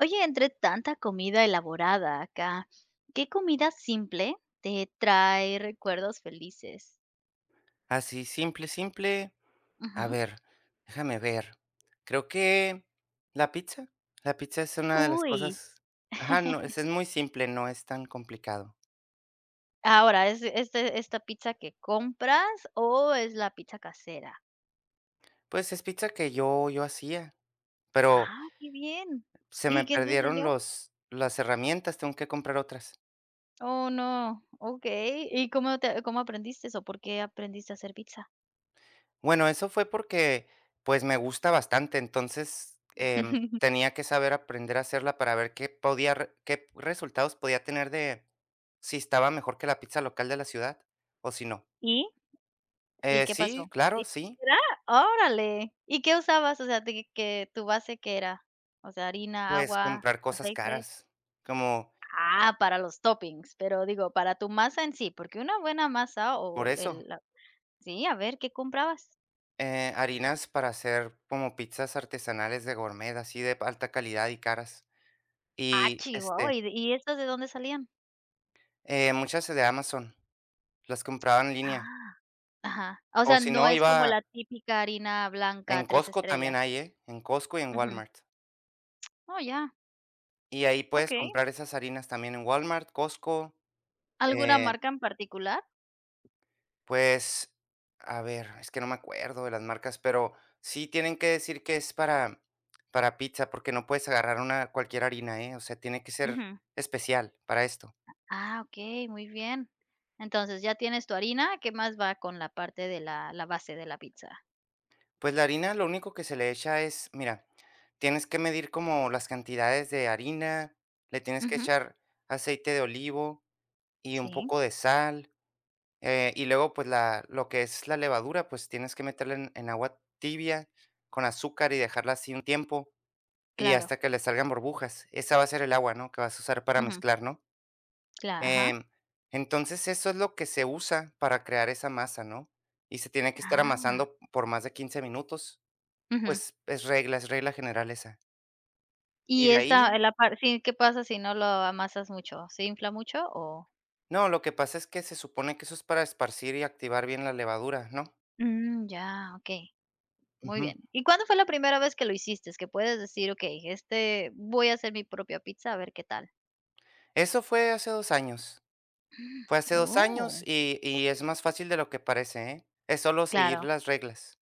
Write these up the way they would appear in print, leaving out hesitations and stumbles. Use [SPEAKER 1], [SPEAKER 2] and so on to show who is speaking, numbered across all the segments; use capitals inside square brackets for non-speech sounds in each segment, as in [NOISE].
[SPEAKER 1] Oye, entre tanta comida elaborada acá, ¿qué comida simple te trae recuerdos felices?
[SPEAKER 2] Así simple, simple. A
[SPEAKER 1] Ujú.
[SPEAKER 2] ver, déjame ver. Creo que la pizza. La pizza es una de las
[SPEAKER 1] Uy.
[SPEAKER 2] cosas ajá, no, es
[SPEAKER 1] [LAUGHS]
[SPEAKER 2] es muy simple, no es tan complicado.
[SPEAKER 1] Ahora, ¿es esta pizza que compras o es la pizza casera?
[SPEAKER 2] Pues, es pizza que yo hacía, pero
[SPEAKER 1] Ah, qué bien.
[SPEAKER 2] se
[SPEAKER 1] ¿Y
[SPEAKER 2] me
[SPEAKER 1] quién te
[SPEAKER 2] perdieron
[SPEAKER 1] enseñó?
[SPEAKER 2] los las herramientas, tengo que comprar otras.
[SPEAKER 1] Oh, no. Okey. ¿Y cómo aprendiste eso? ¿Por qué aprendiste a hacer pizza?
[SPEAKER 2] Bueno, eso fue porque, pues, me gusta bastante, entonces,
[SPEAKER 1] [LAUGHS]
[SPEAKER 2] tenía que saber aprender a hacerla para ver qué podía re qué resultados podía tener de si estaba mejor que la pizza local de la ciudad o si no.
[SPEAKER 1] ¿Y? ¿Y qué
[SPEAKER 2] Sí,
[SPEAKER 1] pasó? ¿Sí?
[SPEAKER 2] claro, sí.
[SPEAKER 1] ¿Era? Órale. ¿Y qué usabas? O sea, de que tu base, ¿qué era? O sea, harina,
[SPEAKER 2] Pues,
[SPEAKER 1] agua,
[SPEAKER 2] comprar cosas
[SPEAKER 1] aceite.
[SPEAKER 2] caras, como
[SPEAKER 1] Ah, para los toppings, pero digo, para tu masa en sí, porque una buena masa o
[SPEAKER 2] por eso,
[SPEAKER 1] el la, sí, a ver, ¿qué comprabas?
[SPEAKER 2] harinas para hacer como pizzas artesanales de gourmet, así de alta calidad y caras.
[SPEAKER 1] Ah,
[SPEAKER 2] Y,
[SPEAKER 1] chihuahua, ¿y estas, ¿de dónde salían?
[SPEAKER 2] muchas de Amazon, las compraba en línea,
[SPEAKER 1] Ah, ajá. O
[SPEAKER 2] o
[SPEAKER 1] sea,
[SPEAKER 2] si
[SPEAKER 1] no
[SPEAKER 2] no,
[SPEAKER 1] es como
[SPEAKER 2] iba
[SPEAKER 1] la típica harina blanca,
[SPEAKER 2] en
[SPEAKER 1] 3
[SPEAKER 2] Costco también
[SPEAKER 1] estrellas.
[SPEAKER 2] hay, ¿eh? En Costco y en
[SPEAKER 1] Ujú.
[SPEAKER 2] Walmart.
[SPEAKER 1] Oh, ya,
[SPEAKER 2] Y ahí puedes
[SPEAKER 1] okey.
[SPEAKER 2] comprar esas harinas también en Walmart, Costco,
[SPEAKER 1] ¿Alguna
[SPEAKER 2] eh
[SPEAKER 1] marca en particular?
[SPEAKER 2] pues, a ver, es que no me acuerdo de las marcas, pero sí tienen que decir que es para pizza, porque no puedes agarrar una cualquier harina, ¿eh? O sea, tiene que ser
[SPEAKER 1] Ujú.
[SPEAKER 2] especial para esto.
[SPEAKER 1] Ah, okey, muy bien. Entonces, ya tienes tu harina, ¿qué más va con la parte de la base de la pizza?
[SPEAKER 2] Pues la harina, lo único que se le echa es, mira, tienes que medir como las cantidades de harina, le tienes que
[SPEAKER 1] Ujú,
[SPEAKER 2] echar aceite de olivo y un
[SPEAKER 1] sí,
[SPEAKER 2] poco de sal, y luego, pues, la lo que es la levadura, pues, tienes que meterla en agua tibia con azúcar y dejarla así un tiempo. Y
[SPEAKER 1] claro,
[SPEAKER 2] hasta que le salgan burbujas. Esa va a ser el agua, ¿no?, que vas a usar para
[SPEAKER 1] ujú,
[SPEAKER 2] mezclar, ¿no?
[SPEAKER 1] cla ajá.
[SPEAKER 2] Em, entonces, eso es lo que se usa para crear esa masa, ¿no? Y se tiene que estar
[SPEAKER 1] Ah,
[SPEAKER 2] amasando por más de 15 minutos.
[SPEAKER 1] ujú.
[SPEAKER 2] Pues, es regla general esa. Y
[SPEAKER 1] Y
[SPEAKER 2] de
[SPEAKER 1] esta,
[SPEAKER 2] ahí
[SPEAKER 1] la parte, sí, ¿qué pasa si no lo amasas mucho? ¿Se infla mucho o?
[SPEAKER 2] no, lo que pasa es que se supone que eso es para esparcir y activar bien la levadura, ¿no?
[SPEAKER 1] Mm, ya, okey, muy
[SPEAKER 2] Ujú.
[SPEAKER 1] bien. ¿Y cuándo fue la primera vez que lo hiciste? Es que puedes decir: "Okey, este voy a hacer mi propia pizza, a ver qué tal".
[SPEAKER 2] Eso fue hace 2 años.
[SPEAKER 1] [GASPS]
[SPEAKER 2] Fue hace dos años
[SPEAKER 1] Oh,
[SPEAKER 2] y es más fácil de lo que parece, ¿eh? Es solo seguir
[SPEAKER 1] claro.
[SPEAKER 2] las reglas.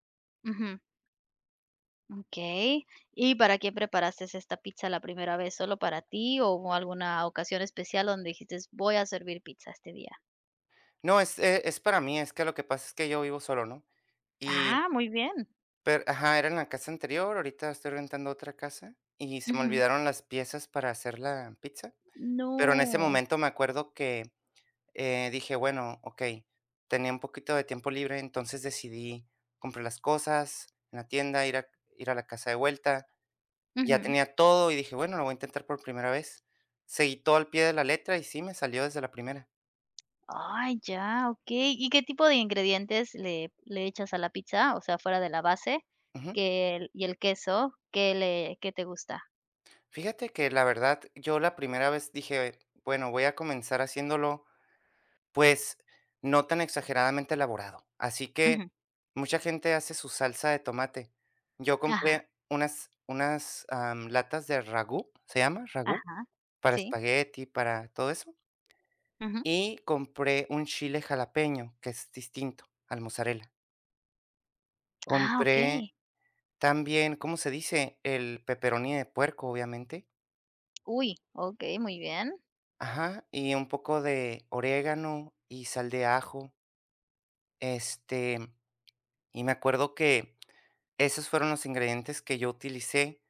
[SPEAKER 1] Okey. ¿Y para quién preparaste esta pizza la primera vez? ¿Solo para ti o hubo alguna ocasión especial donde dijiste: "Voy a servir pizza este día"?
[SPEAKER 2] No, es para mí, es que lo que pasa es que yo vivo solo, ¿no? Y
[SPEAKER 1] Ah, muy bien.
[SPEAKER 2] pero ajá, era en la casa anterior, ahorita estoy rentando otra casa, y se me
[SPEAKER 1] Ujú.
[SPEAKER 2] olvidaron las piezas para hacer la pizza, pero en ese
[SPEAKER 1] No.
[SPEAKER 2] momento me acuerdo que, dije: "Bueno, okey", tenía un poquito de tiempo libre, entonces decidí comprar las cosas en la tienda, ir a la casa de vuelta, ya
[SPEAKER 1] Ujú.
[SPEAKER 2] tenía todo y dije: "Bueno, lo voy a intentar por primera vez". Seguí todo al pie de la letra y sí, me salió desde la primera.
[SPEAKER 1] Ay, ya, okey. ¿Y qué tipo de ingredientes le echas a la pizza? O sea, fuera de la base,
[SPEAKER 2] Ujú.
[SPEAKER 1] que el y el queso, ¿qué te gusta?
[SPEAKER 2] Fíjate que la verdad, yo la primera vez dije: "Bueno, voy a comenzar haciéndolo pues, no tan exageradamente elaborado". Así
[SPEAKER 1] Ujú.
[SPEAKER 2] que mucha gente hace su salsa de tomate. Yo
[SPEAKER 1] Ajá,
[SPEAKER 2] compré unas latas de ragú, ¿se llama? Ragú,
[SPEAKER 1] ajá.
[SPEAKER 2] para
[SPEAKER 1] Sí.
[SPEAKER 2] espagueti, para todo eso.
[SPEAKER 1] Ujú.
[SPEAKER 2] Y compré un chile jalapeño, que es distinto al mozzarella.
[SPEAKER 1] Ah,
[SPEAKER 2] Compré
[SPEAKER 1] okey.
[SPEAKER 2] también, ¿cómo se dice? El pepperoni de puerco, obviamente.
[SPEAKER 1] Uy, okey, muy bien.
[SPEAKER 2] Ajá, y un poco de orégano y sal de ajo. Este, y me acuerdo que esos fueron los ingredientes que yo utilicé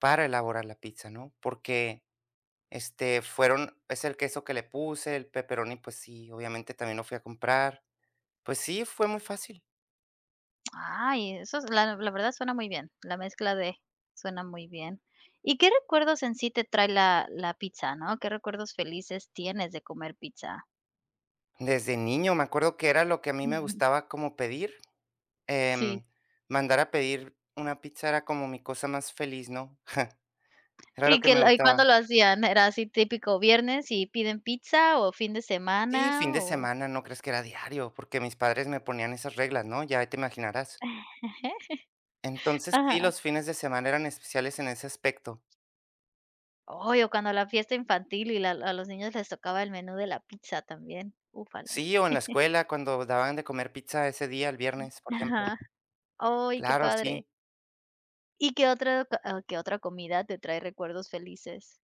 [SPEAKER 2] para elaborar la pizza, ¿no? Porque, fueron es el queso que le puse, el pepperoni, pues sí, obviamente también lo fui a comprar. Pues sí, fue muy fácil.
[SPEAKER 1] Ay, eso es, la la verdad suena muy bien, la mezcla de, suena muy bien. ¿Y qué recuerdos en sí te trae la pizza, no? ¿Qué recuerdos felices tienes de comer pizza?
[SPEAKER 2] Desde niño me acuerdo que era lo que a mí me
[SPEAKER 1] Ujú,
[SPEAKER 2] gustaba como pedir,
[SPEAKER 1] sí.
[SPEAKER 2] em, mandar a pedir una pizza era como mi cosa más feliz, ¿no? [LAUGHS] Era lo
[SPEAKER 1] ¿Y
[SPEAKER 2] que
[SPEAKER 1] que
[SPEAKER 2] me
[SPEAKER 1] lo y
[SPEAKER 2] gustaba.
[SPEAKER 1] cuándo lo hacían? ¿Era así típico viernes y piden pizza o fin de
[SPEAKER 2] Sí, fin
[SPEAKER 1] semana
[SPEAKER 2] de
[SPEAKER 1] o?
[SPEAKER 2] semana, no crees que era diario, porque mis padres me ponían esas reglas, ¿no? Ya te imaginarás.
[SPEAKER 1] [LAUGHS]
[SPEAKER 2] Entonces, sí,
[SPEAKER 1] Ajá.
[SPEAKER 2] los fines de semana eran especiales en ese aspecto.
[SPEAKER 1] Ay, o cuando la fiesta infantil y la a los niños les tocaba el menú de la pizza también, ufale.
[SPEAKER 2] Sí, o en la escuela cuando daban de comer pizza ese día, el viernes, por ejemplo.
[SPEAKER 1] Ajá. Ay, qué
[SPEAKER 2] Claro,
[SPEAKER 1] padre.
[SPEAKER 2] sí.
[SPEAKER 1] ¿Y qué otra, qué otra comida te trae recuerdos felices?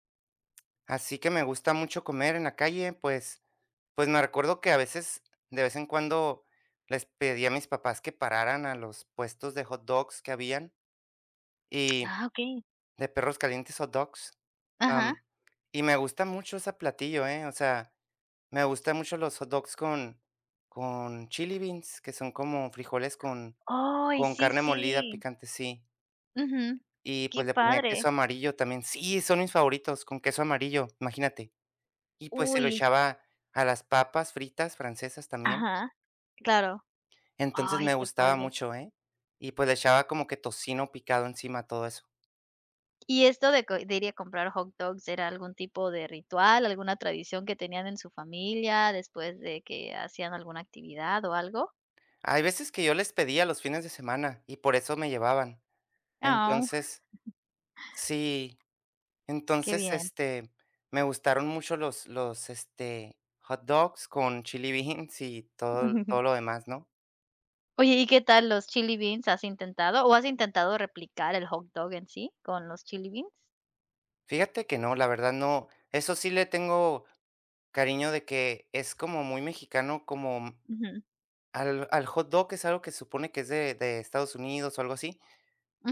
[SPEAKER 2] Así que me gusta mucho comer en la calle, pues me recuerdo que a veces, de vez en cuando, les pedí a mis papás que pararan a los puestos de hot dogs que habían y
[SPEAKER 1] Ah, okey.
[SPEAKER 2] de perros calientes hot dogs.
[SPEAKER 1] Ajá.
[SPEAKER 2] Am, y me gusta mucho ese platillo, ¿eh? O sea, me gustan mucho los hot dogs con chili beans, que son como frijoles
[SPEAKER 1] Ay,
[SPEAKER 2] con
[SPEAKER 1] sí,
[SPEAKER 2] carne
[SPEAKER 1] sí.
[SPEAKER 2] molida picante, sí.
[SPEAKER 1] Ujú.
[SPEAKER 2] Y,
[SPEAKER 1] Qué
[SPEAKER 2] pues, le ponía
[SPEAKER 1] padre.
[SPEAKER 2] queso amarillo también. Sí, son mis favoritos, con queso amarillo, imagínate. Y, pues, se lo
[SPEAKER 1] Uy,
[SPEAKER 2] echaba a las papas fritas francesas también.
[SPEAKER 1] ajá, claro.
[SPEAKER 2] Entonces,
[SPEAKER 1] Ay,
[SPEAKER 2] me
[SPEAKER 1] qué
[SPEAKER 2] gustaba
[SPEAKER 1] padre.
[SPEAKER 2] mucho, ¿eh? Y, pues, le echaba como que tocino picado encima, todo eso.
[SPEAKER 1] ¿Y esto de co de ir a comprar hot dogs era algún tipo de ritual, alguna tradición que tenían en su familia después de que hacían alguna actividad o algo?
[SPEAKER 2] Hay veces que yo les pedía los fines de semana y por eso me llevaban.
[SPEAKER 1] Oh,
[SPEAKER 2] Entonces sí,
[SPEAKER 1] qué
[SPEAKER 2] entonces,
[SPEAKER 1] bien.
[SPEAKER 2] me gustaron mucho los, hot dogs con chili beans y todo lo
[SPEAKER 1] [LAUGHS]
[SPEAKER 2] demás, ¿no?
[SPEAKER 1] Oye, ¿y qué tal los chili beans? ¿Has intentado o has intentado replicar el hot dog en sí con los chili beans?
[SPEAKER 2] Fíjate que no, la verdad no, eso sí le tengo cariño de que es como muy mexicano, como
[SPEAKER 1] Ujú,
[SPEAKER 2] al hot dog, que es algo que se supone que es de Estados Unidos o algo así,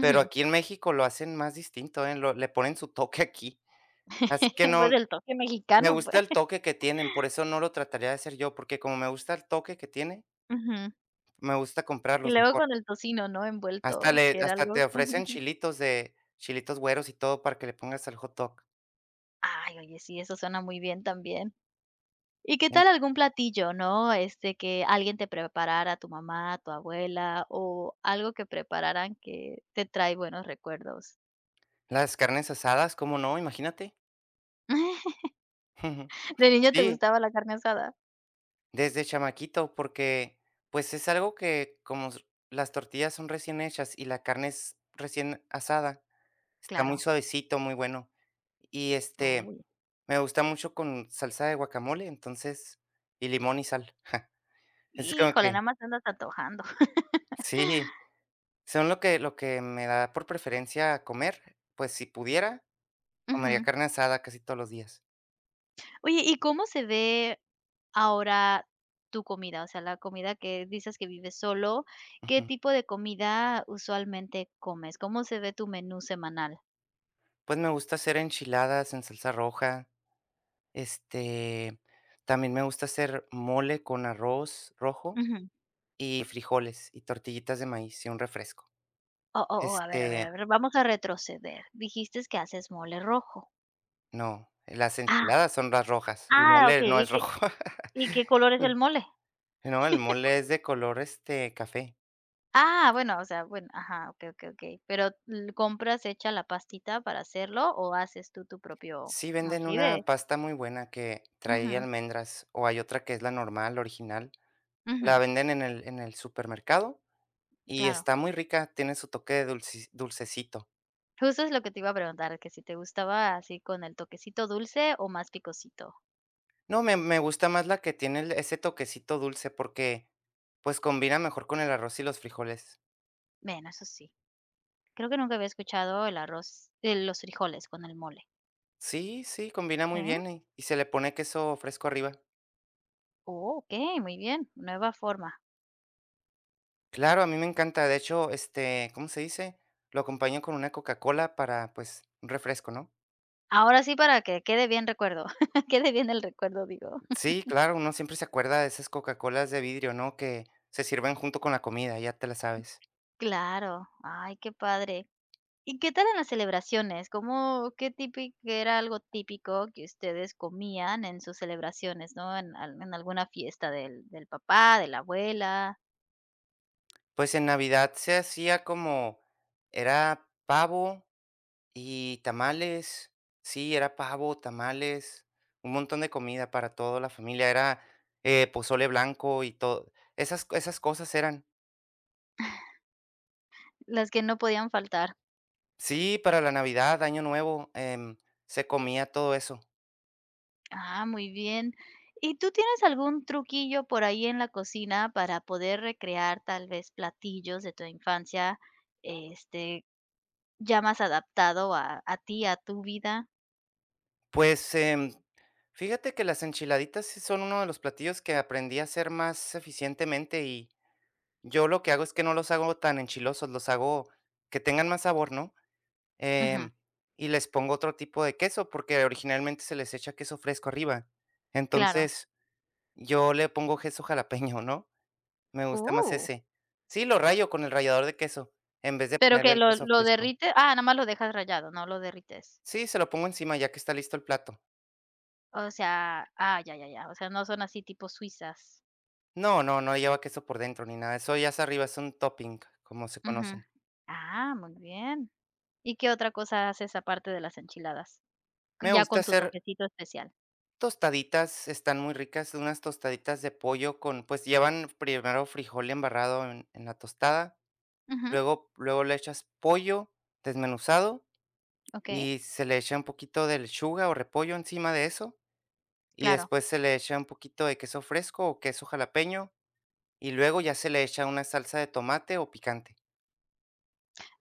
[SPEAKER 2] pero aquí en México lo hacen más distinto, ¿eh? Lo le ponen su toque aquí. Así que
[SPEAKER 1] [LAUGHS] Pues,
[SPEAKER 2] no,
[SPEAKER 1] el toque
[SPEAKER 2] me
[SPEAKER 1] mexicano,
[SPEAKER 2] gusta
[SPEAKER 1] pues.
[SPEAKER 2] el toque que tienen, por eso no lo trataría de hacer yo, porque como me gusta el toque que tiene,
[SPEAKER 1] Ujú.
[SPEAKER 2] me gusta
[SPEAKER 1] Y
[SPEAKER 2] comprarlos
[SPEAKER 1] luego
[SPEAKER 2] mejor.
[SPEAKER 1] con el tocino, ¿no? Envuelto, que era
[SPEAKER 2] Hasta
[SPEAKER 1] algo.
[SPEAKER 2] te ofrecen
[SPEAKER 1] [LAUGHS]
[SPEAKER 2] chilitos de chilitos güeros y todo para que le pongas al hot dog.
[SPEAKER 1] Ay, oye, sí, eso suena muy bien también. ¿Y qué tal algún platillo, no? Este, que alguien te preparara, tu mamá, tu abuela, o algo que prepararan que te trae buenos recuerdos.
[SPEAKER 2] Las carnes asadas, ¿cómo no? Imagínate.
[SPEAKER 1] [LAUGHS]
[SPEAKER 2] [LAUGHS]
[SPEAKER 1] ¿De niño te
[SPEAKER 2] Sí.
[SPEAKER 1] gustaba la carne asada?
[SPEAKER 2] Desde chamaquito, porque, pues, es algo que como s las tortillas son recién hechas y la carne es recién asada, está muy
[SPEAKER 1] Claro.
[SPEAKER 2] suavecito, muy bueno. Y,
[SPEAKER 1] Uy,
[SPEAKER 2] me gusta mucho con salsa de guacamole, entonces y limón y sal. [LAUGHS] Es como
[SPEAKER 1] híjole,
[SPEAKER 2] que
[SPEAKER 1] nada más te andas antojando. [LAUGHS]
[SPEAKER 2] sí, son lo que me da por preferencia comer, pues, si pudiera, comería
[SPEAKER 1] Ujú.
[SPEAKER 2] carne asada casi todos los días.
[SPEAKER 1] Oye, ¿y cómo se ve? Ahora, tu comida, o sea, la comida, que dices que vives solo, ¿qué
[SPEAKER 2] Ujú.
[SPEAKER 1] tipo de comida usualmente comes? ¿Cómo se ve tu menú semanal?
[SPEAKER 2] Pues, me gusta hacer enchiladas en salsa roja. Este, También me gusta hacer mole con arroz rojo
[SPEAKER 1] Ujú.
[SPEAKER 2] y frijoles y tortillitas de maíz y un refresco.
[SPEAKER 1] Oh, oh, oh, a ver, a ver, a
[SPEAKER 2] Este,
[SPEAKER 1] ver, vamos a retroceder. Dijiste que haces mole rojo.
[SPEAKER 2] no, las
[SPEAKER 1] Ah,
[SPEAKER 2] enchiladas son las rojas, el
[SPEAKER 1] ah,
[SPEAKER 2] mole
[SPEAKER 1] okey,
[SPEAKER 2] no es rojo.
[SPEAKER 1] ¿y qué color es el
[SPEAKER 2] [LAUGHS]
[SPEAKER 1] mole?
[SPEAKER 2] No, el mole es de color, café.
[SPEAKER 1] Ah, bueno, o sea, bueno, ajá, okey, okey, okey, pero, l ¿compras hecha la pastita para hacerlo o haces tú tu propio?
[SPEAKER 2] Sí venden
[SPEAKER 1] Así de.
[SPEAKER 2] una pasta muy buena que trae
[SPEAKER 1] Ujú,
[SPEAKER 2] almendras, o hay otra que es la normal, original. La
[SPEAKER 1] ujú,
[SPEAKER 2] venden en el supermercado y
[SPEAKER 1] claro.
[SPEAKER 2] está muy rica, tiene su toque de dulce dulcecito.
[SPEAKER 1] Justo es lo que te iba a preguntar, que si te gustaba así con el toquecito dulce o más picosito.
[SPEAKER 2] No, me gusta más la que tiene el ese toquecito dulce porque, pues, combina mejor con el arroz y los frijoles.
[SPEAKER 1] Bueno, eso sí. Creo que nunca había escuchado el arroz, los frijoles con el mole.
[SPEAKER 2] Sí, sí, combina
[SPEAKER 1] Sí.
[SPEAKER 2] muy bien y se le pone queso fresco arriba.
[SPEAKER 1] Oh, ok, muy bien, nueva forma.
[SPEAKER 2] Claro, a mí me encanta. De hecho, ¿cómo se dice? Lo acompaño con una Coca-Cola para, pues, un refresco, ¿no?
[SPEAKER 1] Ahora sí, para que quede bien recuerdo, [LAUGHS] quede bien el recuerdo, digo.
[SPEAKER 2] Sí, claro, uno siempre se acuerda de esas Coca-Colas de vidrio, ¿no? Que se sirven junto con la comida, ya te la sabes.
[SPEAKER 1] Claro, ay, qué padre. ¿Y qué tal en las celebraciones? ¿Cómo, qué típico, era algo típico que ustedes comían en sus celebraciones, ¿no? En, en alguna fiesta del papá, de la abuela,
[SPEAKER 2] Pues en Navidad se hacía como era pavo y tamales, sí, era pavo, tamales, un montón de comida para toda la familia, era, pozole blanco y todo, esas cosas eran.
[SPEAKER 1] las que no podían faltar.
[SPEAKER 2] Sí, para la Navidad, Año Nuevo, se comía todo eso.
[SPEAKER 1] Ah, muy bien. ¿Y tú tienes algún truquillo por ahí en la cocina para poder recrear tal vez platillos de tu infancia, este, ya más adaptado a ti, a tu vida?
[SPEAKER 2] Pues, fíjate que las enchiladitas sí son uno de los platillos que aprendí a hacer más eficientemente, y yo lo que hago es que no los hago tan enchilosos, los hago que tengan más sabor, ¿no?
[SPEAKER 1] Ujú,
[SPEAKER 2] em, y les pongo otro tipo de queso, porque originalmente se les echa queso fresco arriba.
[SPEAKER 1] claro.
[SPEAKER 2] Entonces, yo le pongo queso jalapeño, ¿no? Me gusta más
[SPEAKER 1] Uh,
[SPEAKER 2] ese. Sí, lo rayo con el rallador de queso, en vez de
[SPEAKER 1] pero
[SPEAKER 2] ponerle
[SPEAKER 1] que
[SPEAKER 2] el
[SPEAKER 1] lo,
[SPEAKER 2] queso
[SPEAKER 1] lo
[SPEAKER 2] fresco.
[SPEAKER 1] derrites, ah, nada más lo dejas rayado, no lo derrites.
[SPEAKER 2] Sí, se lo pongo encima ya que está listo el plato.
[SPEAKER 1] O sea, ah, ya, ya, ya. O sea, no son así tipo suizas.
[SPEAKER 2] No, no, no lleva queso por dentro ni nada. Eso ya es arriba, es un topping, como se
[SPEAKER 1] Ujú.
[SPEAKER 2] conocen.
[SPEAKER 1] Ah, muy bien. ¿Y qué otra cosa haces aparte de las enchiladas?
[SPEAKER 2] Me
[SPEAKER 1] Ya
[SPEAKER 2] gusta
[SPEAKER 1] con tu
[SPEAKER 2] hacer
[SPEAKER 1] toquecito especial.
[SPEAKER 2] tostaditas, están muy ricas, unas tostaditas de pollo con, pues llevan primero frijol embarrado en la tostada,
[SPEAKER 1] Ujú,
[SPEAKER 2] luego luego le echas pollo desmenuzado
[SPEAKER 1] ok,
[SPEAKER 2] y se le echa un poquito de lechuga o repollo encima de eso, y
[SPEAKER 1] claro.
[SPEAKER 2] después se le echa un poquito de queso fresco o queso jalapeño, y luego ya se le echa una salsa de tomate o picante.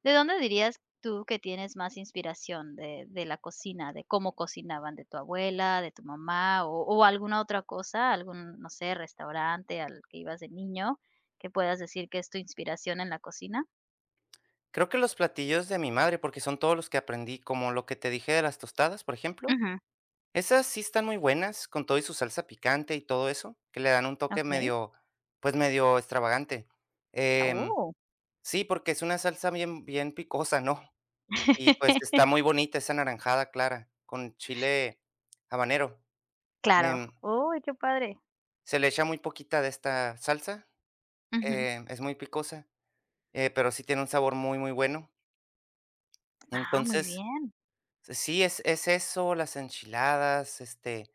[SPEAKER 1] ¿De dónde dirías tú que tienes más inspiración de la cocina, de cómo cocinaban, de tu abuela, de tu mamá o alguna otra cosa, algún, no sé, restaurante al que ibas de niño, que puedas decir que es tu inspiración en la cocina?
[SPEAKER 2] Creo que los platillos de mi madre, porque son todos los que aprendí, como lo que te dije de las tostadas, por ejemplo,
[SPEAKER 1] Ujú.
[SPEAKER 2] esas sí están muy buenas con todo y su salsa picante y todo eso, que le dan un toque
[SPEAKER 1] Okey.
[SPEAKER 2] medio, pues, medio extravagante. Em,
[SPEAKER 1] Oh.
[SPEAKER 2] sí, porque es una salsa bien picosa, ¿no? Y, pues, está muy
[SPEAKER 1] [LAUGHS]
[SPEAKER 2] bonita, esa anaranjada clara, con chile habanero.
[SPEAKER 1] Claro.
[SPEAKER 2] Em,
[SPEAKER 1] Uy, qué padre.
[SPEAKER 2] Se le echa muy poquita de esta salsa,
[SPEAKER 1] Ujú.
[SPEAKER 2] es muy picosa, pero sí tiene un sabor muy, muy bueno.
[SPEAKER 1] Ah, muy
[SPEAKER 2] Entonces,
[SPEAKER 1] bien.
[SPEAKER 2] sí, es eso, las enchiladas,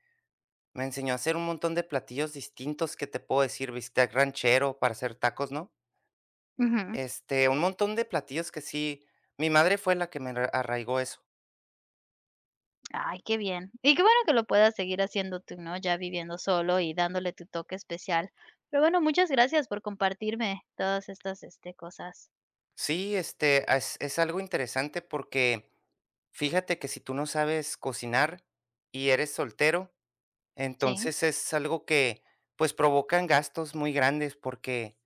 [SPEAKER 2] me enseñó a hacer un montón de platillos distintos que te puedo decir, bistec ranchero para hacer tacos, ¿no?
[SPEAKER 1] Ujú.
[SPEAKER 2] Un montón de platillos que sí, mi madre fue la que me arraigó eso.
[SPEAKER 1] Ay, qué bien. Y qué bueno que lo puedas seguir haciendo tú, ¿no? Ya viviendo solo y dándole tu toque especial. Pero bueno, muchas gracias por compartirme todas estas, este, cosas.
[SPEAKER 2] Sí, es algo interesante porque fíjate que si tú no sabes cocinar y eres soltero,
[SPEAKER 1] Sí,
[SPEAKER 2] entonces es algo que, pues, provocan gastos muy grandes, porque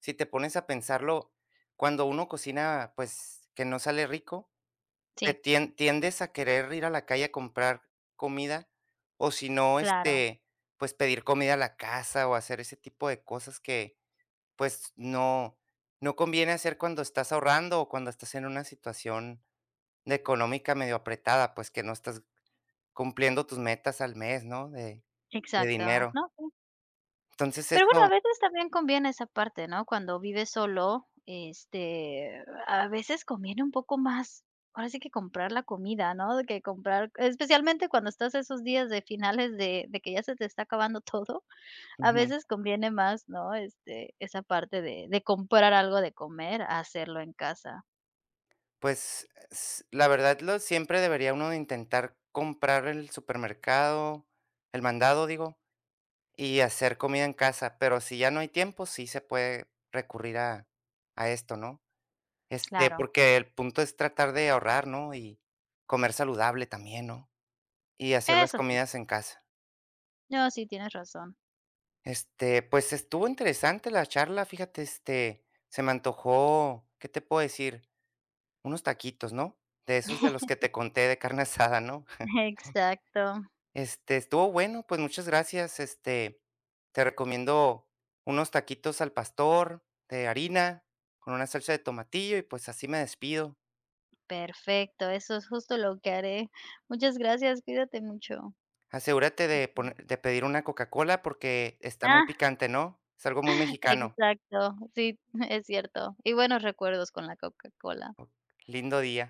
[SPEAKER 2] si te pones a pensarlo, cuando uno cocina, pues, que no sale rico,
[SPEAKER 1] sí,
[SPEAKER 2] tiendes a querer ir a la calle a comprar comida, o si no,
[SPEAKER 1] claro.
[SPEAKER 2] pues pedir comida a la casa o hacer ese tipo de cosas que, pues, no, no conviene hacer cuando estás ahorrando o cuando estás en una situación de económica medio apretada, pues que no estás cumpliendo tus metas al mes, ¿no? De
[SPEAKER 1] Exacto,
[SPEAKER 2] dinero.
[SPEAKER 1] ¿no? Sí.
[SPEAKER 2] Entonces
[SPEAKER 1] Pero bueno, a
[SPEAKER 2] eso
[SPEAKER 1] veces también conviene esa parte, ¿no? Cuando vives solo, este, a veces conviene un poco más, ahora sí que comprar la comida, ¿no? De que comprar, especialmente cuando estás esos días de finales de que ya se te está acabando [LAUGHS] todo. A
[SPEAKER 2] ujú,
[SPEAKER 1] veces conviene más, ¿no? Este, esa parte de comprar algo de comer a hacerlo en casa.
[SPEAKER 2] pues, s la verdad lo siempre debería uno de intentar comprar el supermercado, el mandado, digo, y hacer comida en casa, pero si ya no hay tiempo, sí se puede recurrir a esto, ¿no?
[SPEAKER 1] Claro,
[SPEAKER 2] Porque el punto es tratar de ahorrar, ¿no? Y comer saludable también, ¿no? Y hacer las
[SPEAKER 1] eso sí.
[SPEAKER 2] comidas en casa.
[SPEAKER 1] No, sí, tienes razón.
[SPEAKER 2] Pues estuvo interesante la charla, fíjate, se me antojó, ¿qué te puedo decir? Unos taquitos, ¿no? De esos de los
[SPEAKER 1] [LAUGHS]
[SPEAKER 2] que te conté de carne [LAUGHS] asada, ¿no?
[SPEAKER 1] Exacto,
[SPEAKER 2] Estuvo bueno, pues muchas gracias. Te recomiendo unos taquitos al pastor de harina con una salsa de tomatillo y pues así me despido.
[SPEAKER 1] perfecto, eso es justo lo que haré. Muchas gracias, cuídate mucho.
[SPEAKER 2] Asegúrate de de pedir una Coca-Cola porque está muy
[SPEAKER 1] Ah,
[SPEAKER 2] picante, ¿no? Es algo muy
[SPEAKER 1] [LAUGHS]
[SPEAKER 2] mexicano.
[SPEAKER 1] exacto, sí, [LAUGHS] es cierto. Y buenos recuerdos con la Coca-Cola.
[SPEAKER 2] Lindo día.